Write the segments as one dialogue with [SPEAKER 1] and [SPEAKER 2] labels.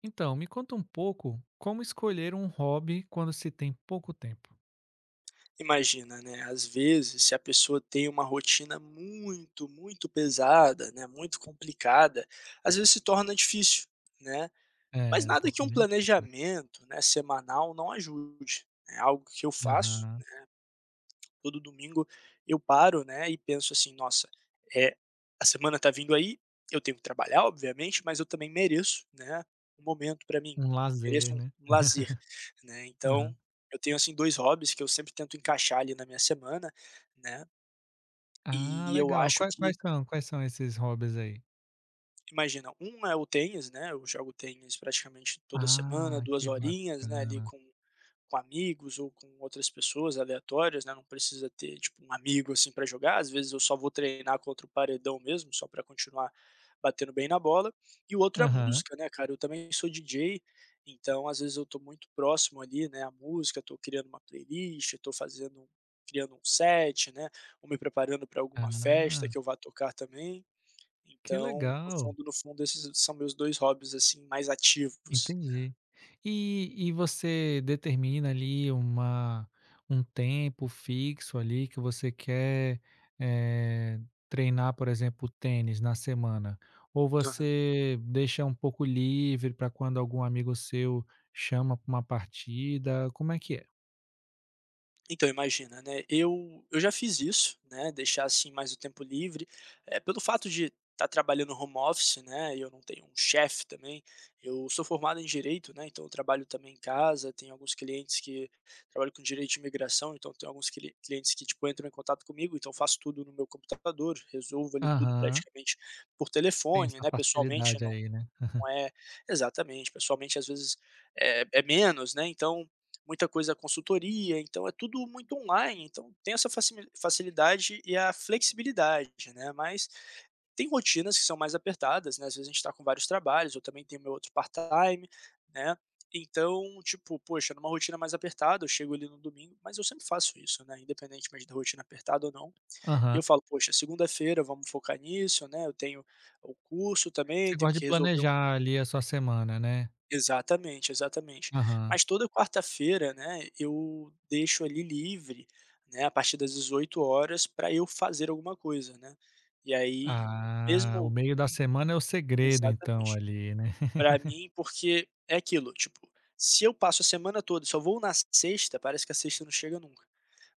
[SPEAKER 1] Então, me conta um pouco como escolher um hobby quando se tem pouco tempo.
[SPEAKER 2] Imagina, né, às vezes, se a pessoa tem uma rotina muito, muito pesada, né, muito complicada, às vezes se torna difícil, né. Mas
[SPEAKER 1] É, um
[SPEAKER 2] nada que
[SPEAKER 1] pouco
[SPEAKER 2] um
[SPEAKER 1] mais difícil mesmo.
[SPEAKER 2] planejamento, né, semanal não ajude, é algo que eu faço
[SPEAKER 1] Aham.
[SPEAKER 2] todo domingo. Eu paro, né, e penso assim: "Nossa, é a semana tá vindo aí, eu tenho que trabalhar, obviamente, mas eu também mereço, né, um momento para mim,
[SPEAKER 1] Um lazer,
[SPEAKER 2] mereço um
[SPEAKER 1] né.
[SPEAKER 2] um lazer", né.
[SPEAKER 1] Aham.
[SPEAKER 2] Então, eu tenho, assim, 2 hobbies que eu sempre tento encaixar ali na minha semana, né,
[SPEAKER 1] Ah,
[SPEAKER 2] e eu
[SPEAKER 1] legal.
[SPEAKER 2] acho
[SPEAKER 1] Qua
[SPEAKER 2] que
[SPEAKER 1] quais são quais são esses hobbies aí?
[SPEAKER 2] imagina, um é o tênis, né, eu jogo tênis praticamente toda semana,
[SPEAKER 1] Ah,
[SPEAKER 2] 2
[SPEAKER 1] que
[SPEAKER 2] horinhas, né, ali
[SPEAKER 1] bacana.
[SPEAKER 2] com amigos ou com outras pessoas aleatórias, né, não precisa ter, tipo, um amigo, assim, para jogar, às vezes eu só vou treinar contra o paredão mesmo, só para continuar batendo bem na bola. E o outro é a
[SPEAKER 1] Aham.
[SPEAKER 2] música, né, cara, eu também sou DJ, então às vezes eu tô muito próximo ali, né, à música, tô criando uma playlist, tô fazendo um criando um set, né, ou me preparando para alguma festa
[SPEAKER 1] Ah,
[SPEAKER 2] que eu vá tocar também.
[SPEAKER 1] que
[SPEAKER 2] Então, no
[SPEAKER 1] legal.
[SPEAKER 2] fundo, no fundo, esses são meus 2 hobbies, assim, mais ativos, né.
[SPEAKER 1] Entendi. E você determina ali uma um tempo fixo ali que você quer, eh, treinar, por exemplo, tênis na semana? Ou
[SPEAKER 2] Aham.
[SPEAKER 1] você deixa um pouco livre para quando algum amigo seu chama para uma partida, como é que é?
[SPEAKER 2] Então, imagina, né, eu já fiz isso, né, deixar, assim, mais o tempo livre, pelo fato de estar tá trabalhando home office, né, e eu não tenho um chefe também, eu sou formado em direito, né, então eu trabalho também em casa, tenho alguns clientes que trabalho com direito de imigração, então tenho alguns clientes que, tipo, entram em contato comigo, então eu faço tudo no meu computador, resolvo ali tudo
[SPEAKER 1] Aham,
[SPEAKER 2] praticamente por
[SPEAKER 1] tem
[SPEAKER 2] telefone,
[SPEAKER 1] essa
[SPEAKER 2] né, pessoalmente,
[SPEAKER 1] facilidade
[SPEAKER 2] não
[SPEAKER 1] aí, né.
[SPEAKER 2] não é exatamente, pessoalmente às vezes é menos, né, então muita coisa é consultoria, então é tudo muito online, então tem essa facimi facilidade e a flexibilidade, né, mas tem rotinas que são mais apertadas, né, às vezes a gente está com vários trabalhos, eu também tenho meu outro part-time, né, então, tipo, poxa, numa rotina mais apertada, eu chego ali no domingo, mas eu sempre faço isso, né, independentemente da rotina apertada ou não, e eu
[SPEAKER 1] Aham.
[SPEAKER 2] falo: "Poxa, segunda-feira vamos focar nisso, né, eu tenho o curso também,
[SPEAKER 1] Você
[SPEAKER 2] tenho
[SPEAKER 1] gosta de
[SPEAKER 2] que resolver".
[SPEAKER 1] planejar ali a sua semana, né?
[SPEAKER 2] Exatamente, exatamente.
[SPEAKER 1] Aham.
[SPEAKER 2] Mas toda quarta-feira, né, eu deixo ali livre, né, a partir das 18 horas para eu fazer alguma coisa, né. E aí
[SPEAKER 1] Ah, o
[SPEAKER 2] mesmo.
[SPEAKER 1] meio da semana é o segredo então
[SPEAKER 2] Exatamente.
[SPEAKER 1] ali, né?
[SPEAKER 2] Para mim, porque é aquilo, tipo, se eu passo a semana toda e só vou na sexta, parece que a sexta não chega nunca.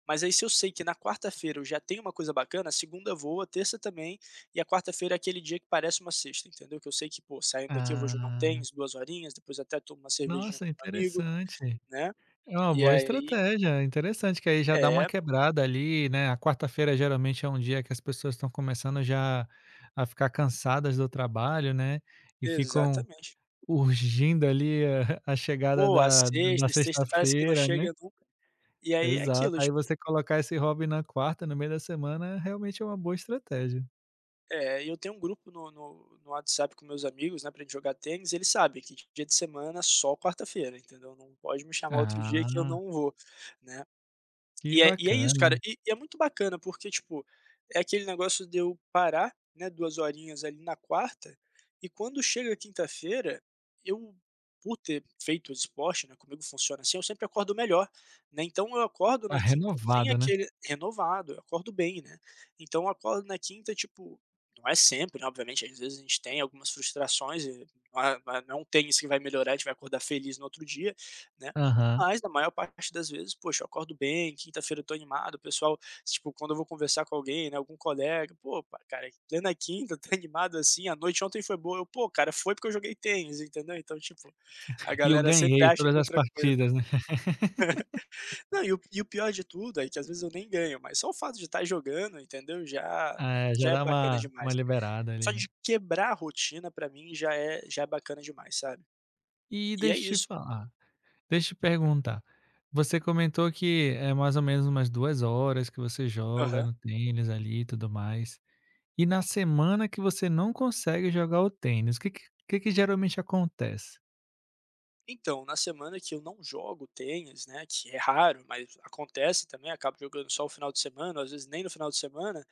[SPEAKER 2] Mas aí se eu sei que na quarta-feira eu já tenho uma coisa bacana, a segunda voa, a terça também, e a quarta-feira é aquele dia que parece uma sexta, entendeu. Que eu sei que, pô, saindo daqui eu vou jogar um
[SPEAKER 1] Ah,
[SPEAKER 2] tênis, 2 horinhas, depois até tomo uma cervejinha com
[SPEAKER 1] nossa,
[SPEAKER 2] um amigo,
[SPEAKER 1] interessante.
[SPEAKER 2] né,
[SPEAKER 1] É uma
[SPEAKER 2] e
[SPEAKER 1] boa
[SPEAKER 2] aí
[SPEAKER 1] estratégia, interessante, que aí já dá uma
[SPEAKER 2] é,
[SPEAKER 1] quebrada ali, né. A quarta-feira geralmente é um dia que as pessoas estão começando já a ficar cansadas do trabalho, né, e ficam
[SPEAKER 2] exatamente.
[SPEAKER 1] urgindo ali a chegada
[SPEAKER 2] Pô, às
[SPEAKER 1] da
[SPEAKER 2] sextas, sexta parece que não
[SPEAKER 1] sexta-feira, né.
[SPEAKER 2] chega nunca. E aí é
[SPEAKER 1] Exato,
[SPEAKER 2] aquilo,
[SPEAKER 1] aí
[SPEAKER 2] tipo,
[SPEAKER 1] você colocar esse hobby na quarta, no meio da semana, realmente é uma boa estratégia.
[SPEAKER 2] eu tenho um grupo no WhatsApp com meus amigos, né, pra gente jogar tênis, eles sabem que dia de semana é só quarta-feira, entendeu. Não pode me chamar outro dia que eu
[SPEAKER 1] Ah,
[SPEAKER 2] não vou, né.
[SPEAKER 1] que
[SPEAKER 2] E é isso, cara.
[SPEAKER 1] bacana.
[SPEAKER 2] E é muito bacana, porque, tipo, é aquele negócio de eu parar, né, 2 horinhas ali na quarta, e quando chega a quinta-feira, eu, por ter feito esporte, né, comigo funciona assim, eu sempre acordo melhor, né, então eu acordo
[SPEAKER 1] Tá
[SPEAKER 2] na quinta sem
[SPEAKER 1] renovado, né.
[SPEAKER 2] aquele renovado, eu acordo bem, né. Então eu acordo na quinta, tipo, não é sempre, né, obviamente, às vezes a gente tem algumas frustrações e, não tem isso que vai melhorar, a gente vai acordar feliz no outro dia, né.
[SPEAKER 1] Aham.
[SPEAKER 2] Mas na maior parte das vezes, poxa, eu acordo bem, quinta-feira eu tô animado, o pessoal, tipo, quando eu vou conversar com alguém, né, algum colega, "Pô, pa cara, plena quinta, tá animado assim? A noite ontem foi boa", eu: "Pô, cara, foi porque eu joguei tênis", entendeu? Então, tipo, a
[SPEAKER 1] E eu
[SPEAKER 2] galera sempre
[SPEAKER 1] ganhei
[SPEAKER 2] acha
[SPEAKER 1] todas
[SPEAKER 2] que é
[SPEAKER 1] as
[SPEAKER 2] outra coisa.
[SPEAKER 1] partidas, né.
[SPEAKER 2] Não, e o pior de tudo é que às vezes eu nem ganho, mas só o fato de estar jogando, entendeu, já
[SPEAKER 1] Ah, é, já
[SPEAKER 2] já é
[SPEAKER 1] dá
[SPEAKER 2] bacana
[SPEAKER 1] uma
[SPEAKER 2] demais.
[SPEAKER 1] liberada
[SPEAKER 2] Só
[SPEAKER 1] ali, né.
[SPEAKER 2] de quebrar a rotina pra mim já é bacana demais, sabe?
[SPEAKER 1] E
[SPEAKER 2] E é
[SPEAKER 1] deixa eu te
[SPEAKER 2] isso.
[SPEAKER 1] falar, deixa eu te perguntar, você comentou que é mais ou menos umas 2 horas que você joga
[SPEAKER 2] Aham.
[SPEAKER 1] no tênis ali e tudo mais, e na semana que você não consegue jogar o tênis, o que que geralmente acontece?
[SPEAKER 2] Então, na semana que eu não jogo tênis, né, que é raro, mas acontece também, acabo jogando só o final de semana, às vezes nem no final de semana,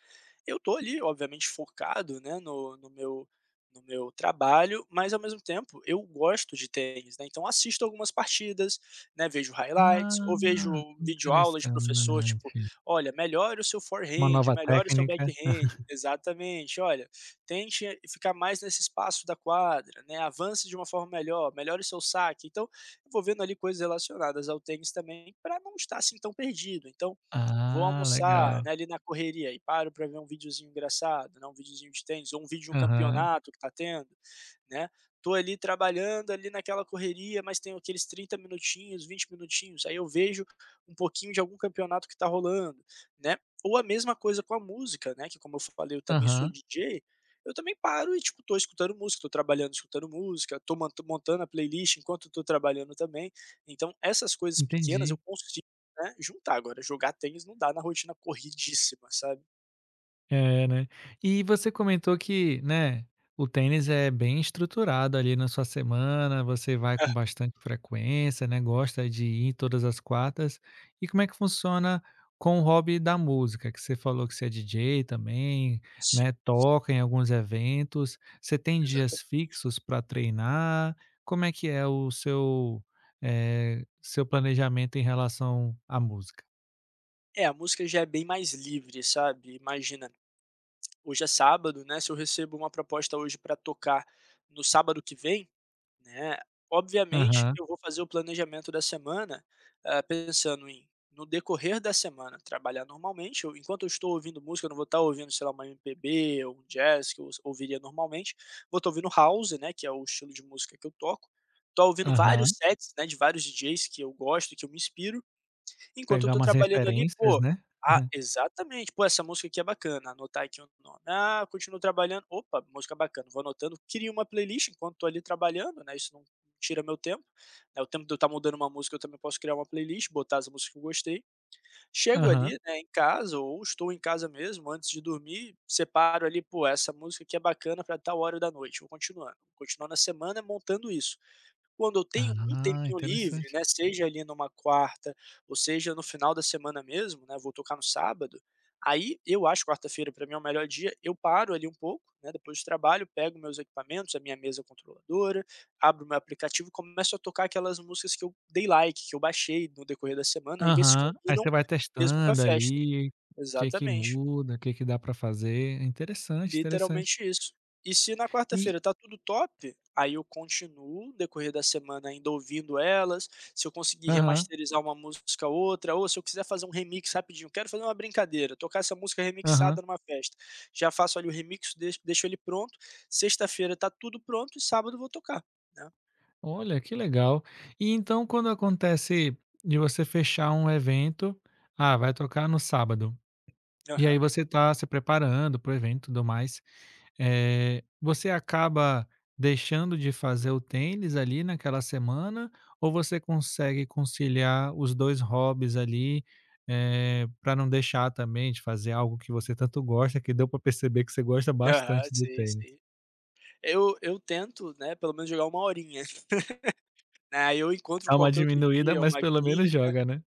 [SPEAKER 2] eu tô ali, obviamente, focado, né, no meu trabalho, mas ao mesmo tempo eu gosto de tênis, né, então assisto algumas partidas, né, vejo highlights ou vejo
[SPEAKER 1] Ah,
[SPEAKER 2] videoaula de professor, tipo:
[SPEAKER 1] interessante.
[SPEAKER 2] "Olha, melhore o seu
[SPEAKER 1] Uma
[SPEAKER 2] forehand,
[SPEAKER 1] nova
[SPEAKER 2] melhore o seu
[SPEAKER 1] técnica.
[SPEAKER 2] backhand". Exatamente. "Olha, tente ficar mais nesse espaço da quadra, né, avance de uma forma melhor, melhore o seu saque". Então, eu vou vendo ali coisas relacionadas ao tênis também para não estar, assim, tão perdido. Então, vou
[SPEAKER 1] Ah,
[SPEAKER 2] almoçar,
[SPEAKER 1] legal.
[SPEAKER 2] né, ali na correria e paro para ver um videozinho engraçado, né, um videozinho de tênis ou um vídeo de um
[SPEAKER 1] Aham,
[SPEAKER 2] campeonato que tá tendo, né? Tô ali trabalhando ali naquela correria, mas tem aqueles 30 minutinhos, 20 minutinhos, aí eu vejo um pouquinho de algum campeonato que tá rolando, né? Ou a mesma coisa com a música, né, que como eu falei, eu também sou
[SPEAKER 1] aham,
[SPEAKER 2] DJ, eu também paro e tipo tô escutando música, tô trabalhando escutando música, tô montando a playlist enquanto tô trabalhando também. Então essas coisas pequenas
[SPEAKER 1] entendi.
[SPEAKER 2] eu consigo, né, juntar. Agora jogar tênis não dá na rotina corridíssima, sabe?
[SPEAKER 1] É, né. E você comentou que, né, o tênis é bem estruturado ali na sua semana, você vai com
[SPEAKER 2] Aham.
[SPEAKER 1] bastante frequência, né, gosta de ir todas as quartas. E como é que funciona com o hobby da música? Que você falou que você é DJ também,
[SPEAKER 2] Sim,
[SPEAKER 1] né,
[SPEAKER 2] sim,
[SPEAKER 1] toca em alguns eventos. Você tem
[SPEAKER 2] exata
[SPEAKER 1] dias fixos para treinar? Como é que é o seu, seu planejamento em relação à música?
[SPEAKER 2] é, a música já é bem mais livre, sabe? Imagina, hoje é sábado, né? Se eu recebo uma proposta hoje para tocar no sábado que vem, né? Obviamente,
[SPEAKER 1] Aham,
[SPEAKER 2] eu vou fazer o planejamento da semana, pensando em no decorrer da semana trabalhar normalmente. Eu, enquanto eu estou ouvindo música, eu não vou estar ouvindo, sei lá, uma MPB ou um jazz que eu ouviria normalmente. Vou estar ouvindo house, né? Que é o estilo de música que eu toco. Estou ouvindo vários
[SPEAKER 1] aham.
[SPEAKER 2] sets, né? De vários DJs que eu gosto, que eu me inspiro. Enquanto eu
[SPEAKER 1] Pegar
[SPEAKER 2] tô
[SPEAKER 1] umas
[SPEAKER 2] trabalhando ali,
[SPEAKER 1] referências,
[SPEAKER 2] pô,
[SPEAKER 1] né?
[SPEAKER 2] exatamente. "Pô, essa música aqui é bacana", anotar aqui o nome. Ah, continuo trabalhando, "Opa, música bacana", vou anotando. Crio uma playlist enquanto tô ali trabalhando, né, isso não tira meu tempo, né, o tempo de eu estar mudando uma música, eu também posso criar uma playlist, botar as músicas que eu gostei. Chego ali,
[SPEAKER 1] Aham.
[SPEAKER 2] né, em casa ou estou em casa mesmo, antes de dormir, separo ali, pô, essa música aqui é bacana pra tal hora da noite, vou continuando. Vou continuando na semana montando isso quando eu tenho um
[SPEAKER 1] Ah,
[SPEAKER 2] tempinho livre,
[SPEAKER 1] interessante.
[SPEAKER 2] né, seja ali numa quarta ou seja no final da semana mesmo, né, vou tocar no sábado, aí eu acho quarta-feira para mim é o melhor dia, eu paro ali um pouco, né, depois do trabalho, pego meus equipamentos, a minha mesa controladora, abro meu aplicativo e começo a tocar aquelas músicas que eu dei like, que eu baixei no decorrer da semana e ver se
[SPEAKER 1] Aham. Aí você
[SPEAKER 2] combinam
[SPEAKER 1] vai
[SPEAKER 2] mesmo com a
[SPEAKER 1] testando
[SPEAKER 2] festa.
[SPEAKER 1] ali, o que
[SPEAKER 2] Exatamente.
[SPEAKER 1] muda, o que que dá para fazer. Interessante, interessante.
[SPEAKER 2] Literalmente isso. E se na
[SPEAKER 1] E
[SPEAKER 2] quarta-feira tá tudo top, aí eu continuo no decorrer da semana ainda ouvindo elas, se eu conseguir
[SPEAKER 1] aham,
[SPEAKER 2] remasterizar uma música ou outra, ou se eu quiser fazer um remix rapidinho, quero fazer uma brincadeira, tocar essa música
[SPEAKER 1] aham.
[SPEAKER 2] remixada numa festa, já faço ali o remix, deixo ele pronto, sexta-feira tá tudo pronto e sábado eu vou tocar, né.
[SPEAKER 1] Olha, que legal. E então quando acontece de você fechar um evento, ah, vai tocar no sábado, e aí
[SPEAKER 2] Aham.
[SPEAKER 1] você tá se preparando para o evento e tudo mais. Você acaba deixando de fazer o tênis ali naquela semana ou você consegue conciliar os 2 hobbies ali, para não deixar também de fazer algo que você tanto gosta, que deu para perceber que você gosta
[SPEAKER 2] Aham,
[SPEAKER 1] bastante do
[SPEAKER 2] sim,
[SPEAKER 1] tênis?
[SPEAKER 2] sim. Eu tento, né, pelo menos jogar uma horinha, né, aí eu encontro
[SPEAKER 1] Dá uma
[SPEAKER 2] qualquer outro
[SPEAKER 1] diminuída,
[SPEAKER 2] dia,
[SPEAKER 1] mas
[SPEAKER 2] uma
[SPEAKER 1] pelo menos
[SPEAKER 2] quinta.
[SPEAKER 1] joga, né?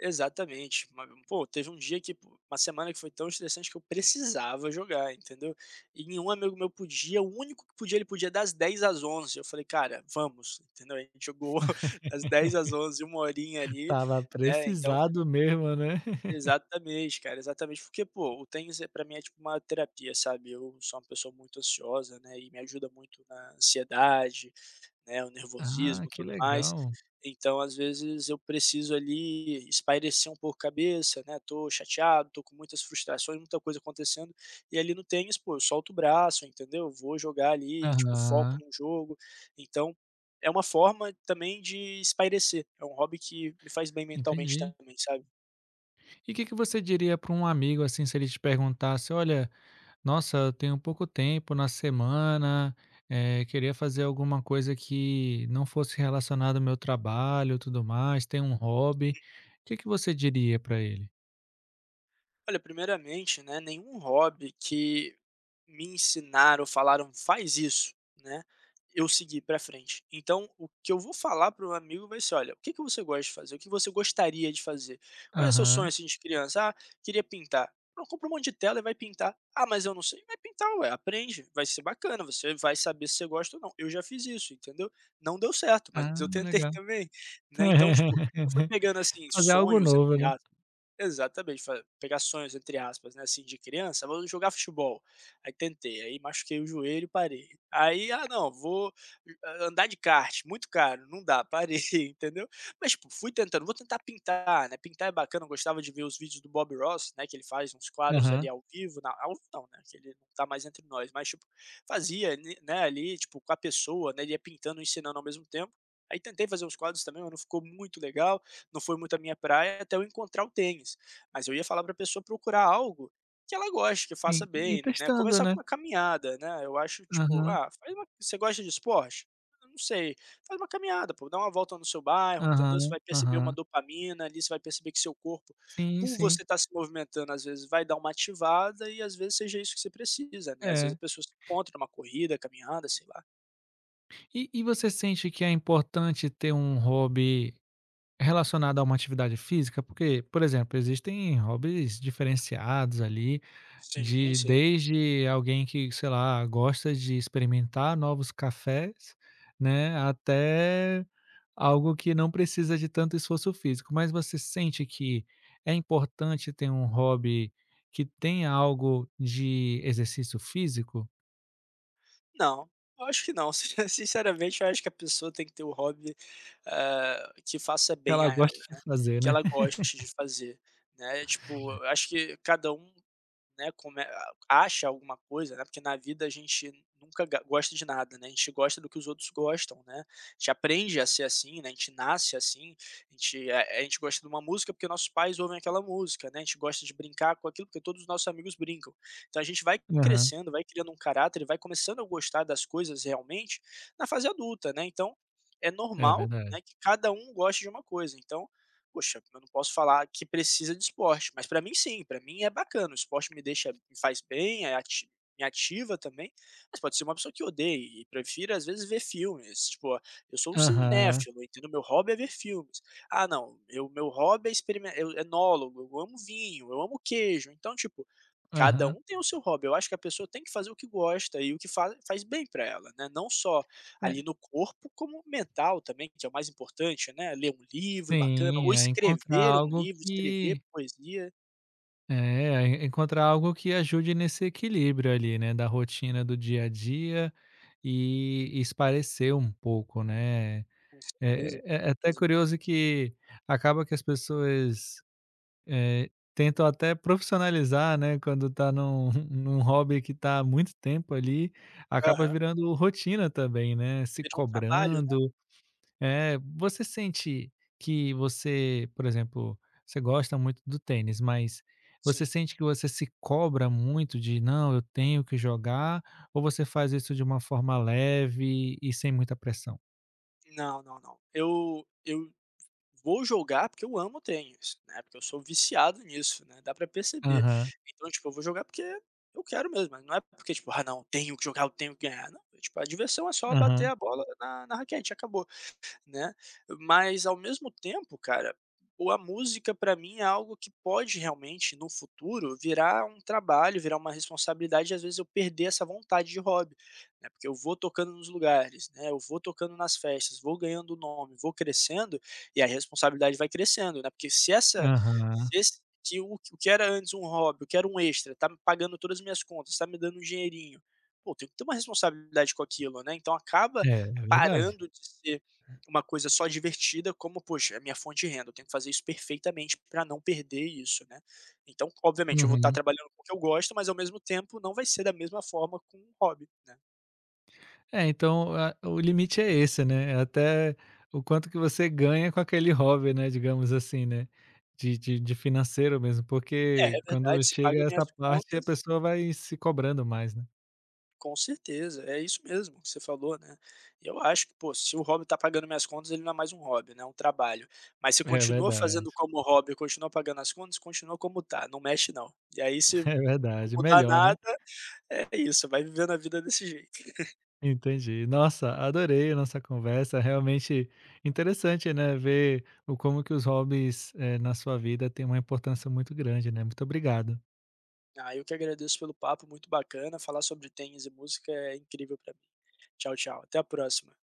[SPEAKER 2] Exatamente. Ma Pô, teve um dia que pô, uma semana que foi tão estressante que eu precisava jogar, entendeu. E nenhum amigo meu podia, o único que podia, ele podia das 10 às 11. Eu falei: "Cara, vamos", entendeu. A gente jogou das 10 às 11h 1 horinha ali,
[SPEAKER 1] Tava
[SPEAKER 2] né, então
[SPEAKER 1] precisado mesmo, né?
[SPEAKER 2] exatamente, cara, exatamente. Porque, pô, o tênis é pra mim é tipo uma terapia, sabe. Eu sou uma pessoa muito ansiosa, né, e me ajuda muito na ansiedade, né, o
[SPEAKER 1] Ah,
[SPEAKER 2] nervosismo,
[SPEAKER 1] que
[SPEAKER 2] tudo mais.
[SPEAKER 1] legal.
[SPEAKER 2] Então, às vezes eu preciso ali espairecer um pouco a cabeça, né? Tô chateado, tô com muitas frustrações, muita coisa acontecendo. E ali no tênis, pô, eu solto o braço, entendeu? Vou jogar ali, tipo, foco
[SPEAKER 1] Aham,
[SPEAKER 2] no jogo. Então, é uma forma também de espairecer. É um hobby que me faz bem mentalmente
[SPEAKER 1] entendi.
[SPEAKER 2] também, sabe?
[SPEAKER 1] E o que que você diria para um amigo, assim, se ele te perguntasse: "Olha, nossa, eu tenho pouco tempo na semana, queria fazer alguma coisa que não fosse relacionada ao meu trabalho e tudo mais, tem um hobby". O que que você diria pra ele?
[SPEAKER 2] Olha, primeiramente, né, nenhum hobby que me ensinaram, falaram: "Faz isso", né, eu segui pra frente. Então, o que eu vou falar para o amigo vai ser: "Olha, o que que você gosta de fazer? O que você gostaria de fazer? Qual é o seu sonho,
[SPEAKER 1] Aham.
[SPEAKER 2] assim, de criança? Ah, queria pintar". Não compra um monte de tela e vai pintar. "Ah, mas eu não sei". Vai pintar, ué, aprende, vai ser bacana, você vai saber se você gosta ou não. Eu já fiz isso, entendeu? Não deu certo, mas
[SPEAKER 1] Ah,
[SPEAKER 2] eu tentei
[SPEAKER 1] legal.
[SPEAKER 2] também, né, então, tipo, eu fui pegando, assim,
[SPEAKER 1] Fazer algo
[SPEAKER 2] sonhos
[SPEAKER 1] novo,
[SPEAKER 2] entre
[SPEAKER 1] né.
[SPEAKER 2] aspas. Exatamente, fa pegar entre aspas, né, assim, de criança: "Vou jogar futebol". Aí tentei, aí machuquei o joelho, parei. Aí: "Ah não, vou a andar de kart", muito caro, não dá, parei, entendeu. Mas, tipo, fui tentando, vou tentar pintar, né, pintar é bacana, eu gostava de ver os vídeos do Bob Ross, né, que ele faz uns quadros ali
[SPEAKER 1] Aham.
[SPEAKER 2] ao vivo, na ao vivo não, né, que ele não tá mais entre nós, mas, tipo, fazia ali, né, ali, tipo, com a pessoa, né, ele ia pintando e ensinando ao mesmo tempo. Aí tentei fazer uns quadros também, mas não ficou muito legal, não foi muito a minha praia até eu encontrar o tênis. Mas eu ia falar para a pessoa procurar algo que ela goste, que faça
[SPEAKER 1] Sim, e
[SPEAKER 2] bem, né?
[SPEAKER 1] testando,
[SPEAKER 2] Começar
[SPEAKER 1] né.
[SPEAKER 2] com uma caminhada, né? Eu acho tipo,
[SPEAKER 1] Aham,
[SPEAKER 2] ah, faz uma- você gosta de esporte? Eu não sei, faz uma caminhada, pô, dá uma volta no seu bairro, entendeu?
[SPEAKER 1] aham,
[SPEAKER 2] Você vai perceber uma
[SPEAKER 1] aham.
[SPEAKER 2] dopamina ali, você vai perceber que seu corpo,
[SPEAKER 1] Sim,
[SPEAKER 2] por
[SPEAKER 1] sim.
[SPEAKER 2] você estar se movimentando, às vezes vai dar uma ativada e às vezes seja isso que você precisa, né? Às vezes
[SPEAKER 1] É.
[SPEAKER 2] a pessoa se encontra numa corrida, caminhada, sei lá.
[SPEAKER 1] E você sente que é importante ter um hobby relacionada a uma atividade física, porque, por exemplo, existem hobbies diferenciados ali,
[SPEAKER 2] Sim,
[SPEAKER 1] de
[SPEAKER 2] sim.
[SPEAKER 1] desde alguém que, sei lá, gosta de experimentar novos cafés, né, até algo que não precisa de tanto esforço físico. Mas você sente que é importante ter um hobby que tenha algo de exercício físico?
[SPEAKER 2] Não, eu acho que não. Sinceramente, eu acho que a pessoa tem que ter um hobby, que faça
[SPEAKER 1] Que
[SPEAKER 2] bem
[SPEAKER 1] ela
[SPEAKER 2] a ela,
[SPEAKER 1] goste de
[SPEAKER 2] né,
[SPEAKER 1] fazer,
[SPEAKER 2] que
[SPEAKER 1] né?
[SPEAKER 2] ela goste de fazer, né, tipo, eu acho que cada um, né, come a acha alguma coisa, né, porque na vida a gente nunca ga gosta de nada, né, a gente gosta do que os outros gostam, né, a gente aprende a ser assim, né, a gente nasce assim, a gente a gente gosta de uma música porque nossos pais ouvem aquela música, né, a gente gosta de brincar com aquilo porque todos os nossos amigos brincam. Então a gente vai
[SPEAKER 1] Aham,
[SPEAKER 2] crescendo, vai criando um caráter e vai começando a gostar das coisas realmente na fase adulta, né, então é
[SPEAKER 1] é
[SPEAKER 2] normal,
[SPEAKER 1] verdade.
[SPEAKER 2] né, que cada um goste de uma coisa, então poxa, eu não posso falar que precisa de esporte, mas para mim sim, para mim é bacana. O esporte me deixa, me faz bem, é ati me ativa também, mas pode ser uma pessoa que odeie e prefira às vezes ver filmes, tipo, ó, eu sou um
[SPEAKER 1] Aham,
[SPEAKER 2] cinéfilo, entendo. Meu hobby é ver filmes. Ah não, eu, meu hobby é experimentar, eu é enólogo, eu amo vinho, eu amo queijo, então tipo, cada
[SPEAKER 1] aham.
[SPEAKER 2] um tem o seu hobby. Eu acho que a pessoa tem que fazer o que gosta e o que faz bem para ela, né, não só
[SPEAKER 1] É,
[SPEAKER 2] ali no corpo, como mental também, que é o mais importante, né, ler um livro bacana
[SPEAKER 1] sim,
[SPEAKER 2] ou
[SPEAKER 1] é encontrar
[SPEAKER 2] escrever um
[SPEAKER 1] algo
[SPEAKER 2] livro, escrever
[SPEAKER 1] que
[SPEAKER 2] poesia,
[SPEAKER 1] é, é encontrar algo que ajude nesse equilíbrio ali, né, da rotina do dia a dia e esparecer um pouco, né.
[SPEAKER 2] com certeza,
[SPEAKER 1] É
[SPEAKER 2] com
[SPEAKER 1] até
[SPEAKER 2] certeza.
[SPEAKER 1] curioso que acaba que as pessoas, tentam até profissionalizar, né, quando tá num num hobby que tá há muito tempo ali, acaba
[SPEAKER 2] Aham.
[SPEAKER 1] virando rotina também, né, se
[SPEAKER 2] Vira um trabalho, né.
[SPEAKER 1] cobrando é, você sente que você, por exemplo, você gosta muito do tênis, mas você
[SPEAKER 2] Sim.
[SPEAKER 1] sente que você se cobra muito de não, eu tenho que jogar, ou você faz isso de uma forma leve e sem muita pressão?
[SPEAKER 2] Não, não, não. Eu vou jogar, porque eu amo tênis, né, porque eu sou viciado nisso, né, dá pra perceber.
[SPEAKER 1] Aham,
[SPEAKER 2] Então, tipo, eu vou jogar porque eu quero mesmo, mas não é porque, tipo: "Ah, não, tenho que jogar, eu tenho que ganhar". Não, tipo, a diversão é só bater
[SPEAKER 1] aham,
[SPEAKER 2] a bola na raquete, acabou, né. Mas ao mesmo tempo, cara, o a música pra mim é algo que pode realmente, no futuro, virar um trabalho, virar uma responsabilidade e às vezes eu perder essa vontade de hobby, né, porque eu vou tocando nos lugares, né, eu vou tocando nas festas, vou ganhando nome, vou crescendo, e a responsabilidade vai crescendo, né, porque
[SPEAKER 1] aham.
[SPEAKER 2] se esse, que o que era antes um hobby, o que era um extra, tá me pagando todas as minhas contas, tá me dando um dinheirinho, pô, tenho que ter uma responsabilidade com aquilo, né, então acaba
[SPEAKER 1] É, é verdade.
[SPEAKER 2] parando de ser uma coisa só divertida, como, poxa, é minha fonte de renda, eu tenho que fazer isso perfeitamente para não perder isso, né. Então, obviamente, eu vou estar
[SPEAKER 1] Uhum.
[SPEAKER 2] trabalhando com o que eu gosto, mas ao mesmo tempo não vai ser da mesma forma com um hobby, né.
[SPEAKER 1] É, então a o limite é esse, né, é até o quanto que você ganha com aquele hobby, né, digamos assim, né, de financeiro mesmo,
[SPEAKER 2] É,
[SPEAKER 1] porque
[SPEAKER 2] é
[SPEAKER 1] quando
[SPEAKER 2] verdade, se paga
[SPEAKER 1] chega essa
[SPEAKER 2] minhas
[SPEAKER 1] parte a
[SPEAKER 2] contas,
[SPEAKER 1] pessoa vai se cobrando mais, né.
[SPEAKER 2] com certeza, é isso mesmo que você falou, né. E eu acho que, pô, se o hobby está pagando minhas contas, ele não é mais um hobby, né, é um trabalho. Mas se
[SPEAKER 1] É
[SPEAKER 2] continua
[SPEAKER 1] verdade,
[SPEAKER 2] fazendo como hobby, continua pagando as contas, continua como está, não mexe não. E aí se
[SPEAKER 1] é
[SPEAKER 2] não
[SPEAKER 1] verdade,
[SPEAKER 2] mudar
[SPEAKER 1] melhor, né.
[SPEAKER 2] nada, é isso, vai vivendo a vida desse jeito.
[SPEAKER 1] Entendi. Nossa, adorei a nossa conversa, realmente interessante, né, ver o como que os hobbies, na sua vida têm uma importância muito grande, né. Muito obrigado.
[SPEAKER 2] Ah, eu que agradeço pelo papo, muito bacana. Falar sobre tênis e música é incrível para mim. Tchau, tchau. Até a próxima.